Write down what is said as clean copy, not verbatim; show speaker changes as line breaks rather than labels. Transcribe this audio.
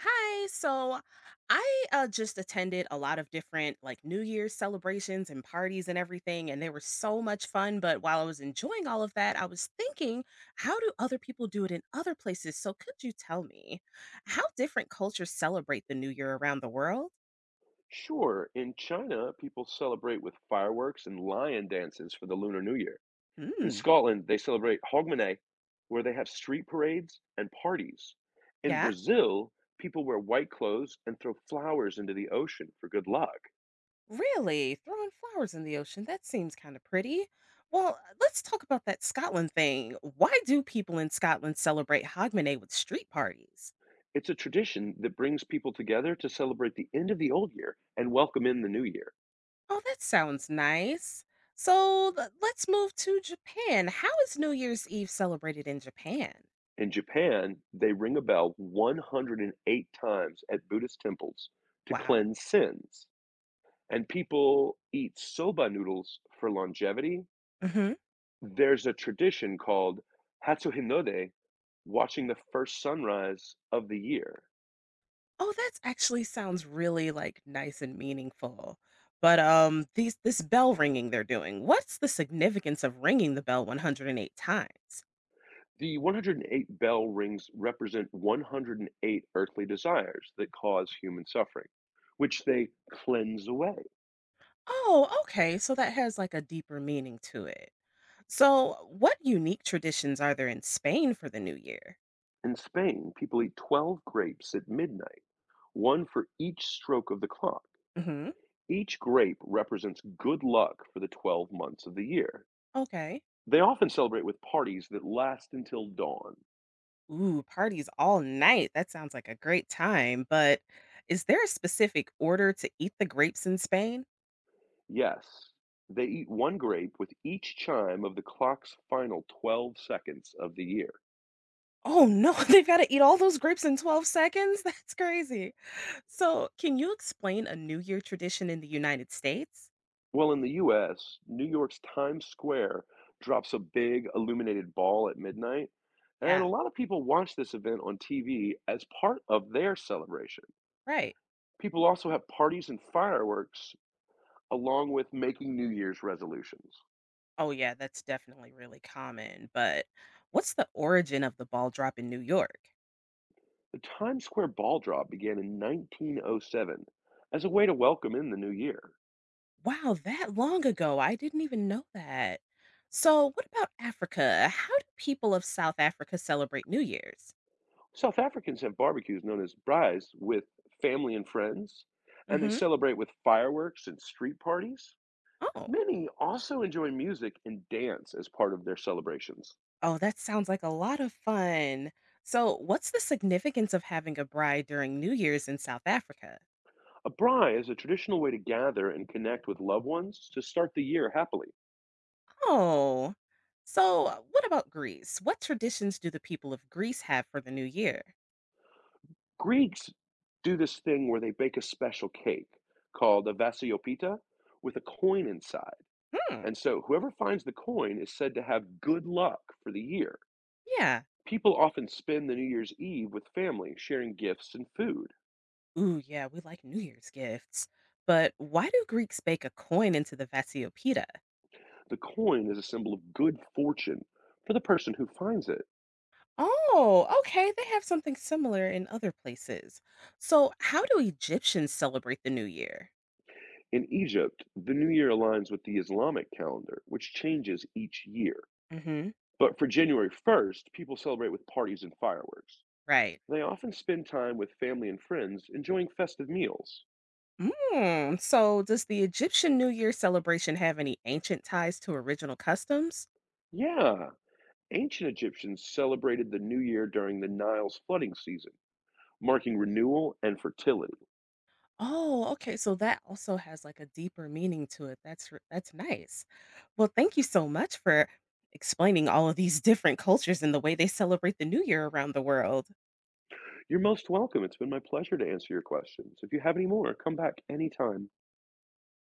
Hi. So I just attended a lot of different like New Year's celebrations and parties and everything, and they were so much fun. But while I was enjoying all of that, I was thinking, how do other people do it in other places? So could you tell me how different cultures celebrate the New Year around the world?
Sure, in China, people celebrate with fireworks and lion dances for the Lunar New Year. In
Mm,
Scotland, they celebrate Hogmanay, where they have street parades and parties. In
yeah.
Brazil, people wear white clothes and throw flowers into the ocean for good luck.
Really? Throwing flowers in the ocean. That seems kind of pretty. Well, let's talk about that Scotland thing. Why do people in Scotland celebrate Hogmanay with street parties?
It's a tradition that brings people together to celebrate the end of the old year and welcome in the new year.
Oh, that sounds nice. So let's move to Japan. How is New Year's Eve celebrated in Japan?
In Japan, they ring a bell 108 times at Buddhist temples to
Wow.
cleanse sins, and people eat soba noodles for longevity.
Hmm.
There's a tradition called Hatsuhinode, watching the first sunrise of the year.
Oh, that actually sounds really like nice and meaningful. But these this bell ringing they're doing. What's the significance of ringing the bell 108 times?
The 108 bell rings represent 108 earthly desires that cause human suffering, which they cleanse away.
Oh, okay. So that has like a deeper meaning to it. So, what unique traditions are there in Spain for the New Year?
In Spain, people eat 12 grapes at midnight, one for each stroke of the clock.
Hmm.
Each grape represents good luck for the 12 months of the year.
Okay.
They often celebrate with parties that last until dawn.
Ooh, parties all night. That sounds like a great time. But is there a specific order to eat the grapes in Spain?
Yes, they eat one grape with each chime of the clock's final 12 seconds of the year.
Oh no, they've got to eat all those grapes in 12 seconds? That's crazy. So, can you explain a New Year tradition in the United States?
Well, in the US, New York's Times Square drops a big illuminated ball at midnight, and a
Yeah,
lot of people watch this event on TV as part of their celebration.
right.
People also have parties and fireworks along with making New Year's resolutions.
Oh, yeah, that's definitely really common. But what's the origin of the ball drop in New York?
The Times Square ball drop began in 1907 as a way to welcome in the new year.
Wow, that long ago. I didn't even know that. So, what about Africa? How do people of South Africa celebrate New Year's?
South Africans have barbecues known as braais with family and friends, and they
Mhm.
celebrate with fireworks and street parties.
Oh.
Many also enjoy music and dance as part of their celebrations.
Oh, that sounds like a lot of fun. So, what's the significance of having a bride during New Year's in South Africa?
A braai is a traditional way to gather and connect with loved ones to start the year happily.
Oh. So, what about Greece? What traditions do the people of Greece have for the new year?
Greeks do this thing where they bake a special cake called a vasiopita with a coin inside.
Hmm.
And so whoever finds the coin is said to have good luck for the year.
Yeah.
People often spend the New Year's Eve with family, sharing gifts and food.
Ooh, yeah, we like New Year's gifts. But why do Greeks bake a coin into the Vasiopita?
The coin is a symbol of good fortune for the person who finds it.
Oh, okay. They have something similar in other places. So, how do Egyptians celebrate the new year?
In Egypt, the new year aligns with the Islamic calendar, which changes each year.
Mhm.
But for January 1st, people celebrate with parties and fireworks.
Right.
They often spend time with family and friends, enjoying festive meals.
Mm, so, does the Egyptian New Year celebration have any ancient ties to original customs?
Yeah, ancient Egyptians celebrated the new year during the Nile's flooding season, marking renewal and fertility.
Oh, okay. So that also has like a deeper meaning to it. That's that's nice. Well, thank you so much for explaining all of these different cultures and the way they celebrate the New Year around the world.
You're most welcome. It's been my pleasure to answer your questions. If you have any more, come back anytime.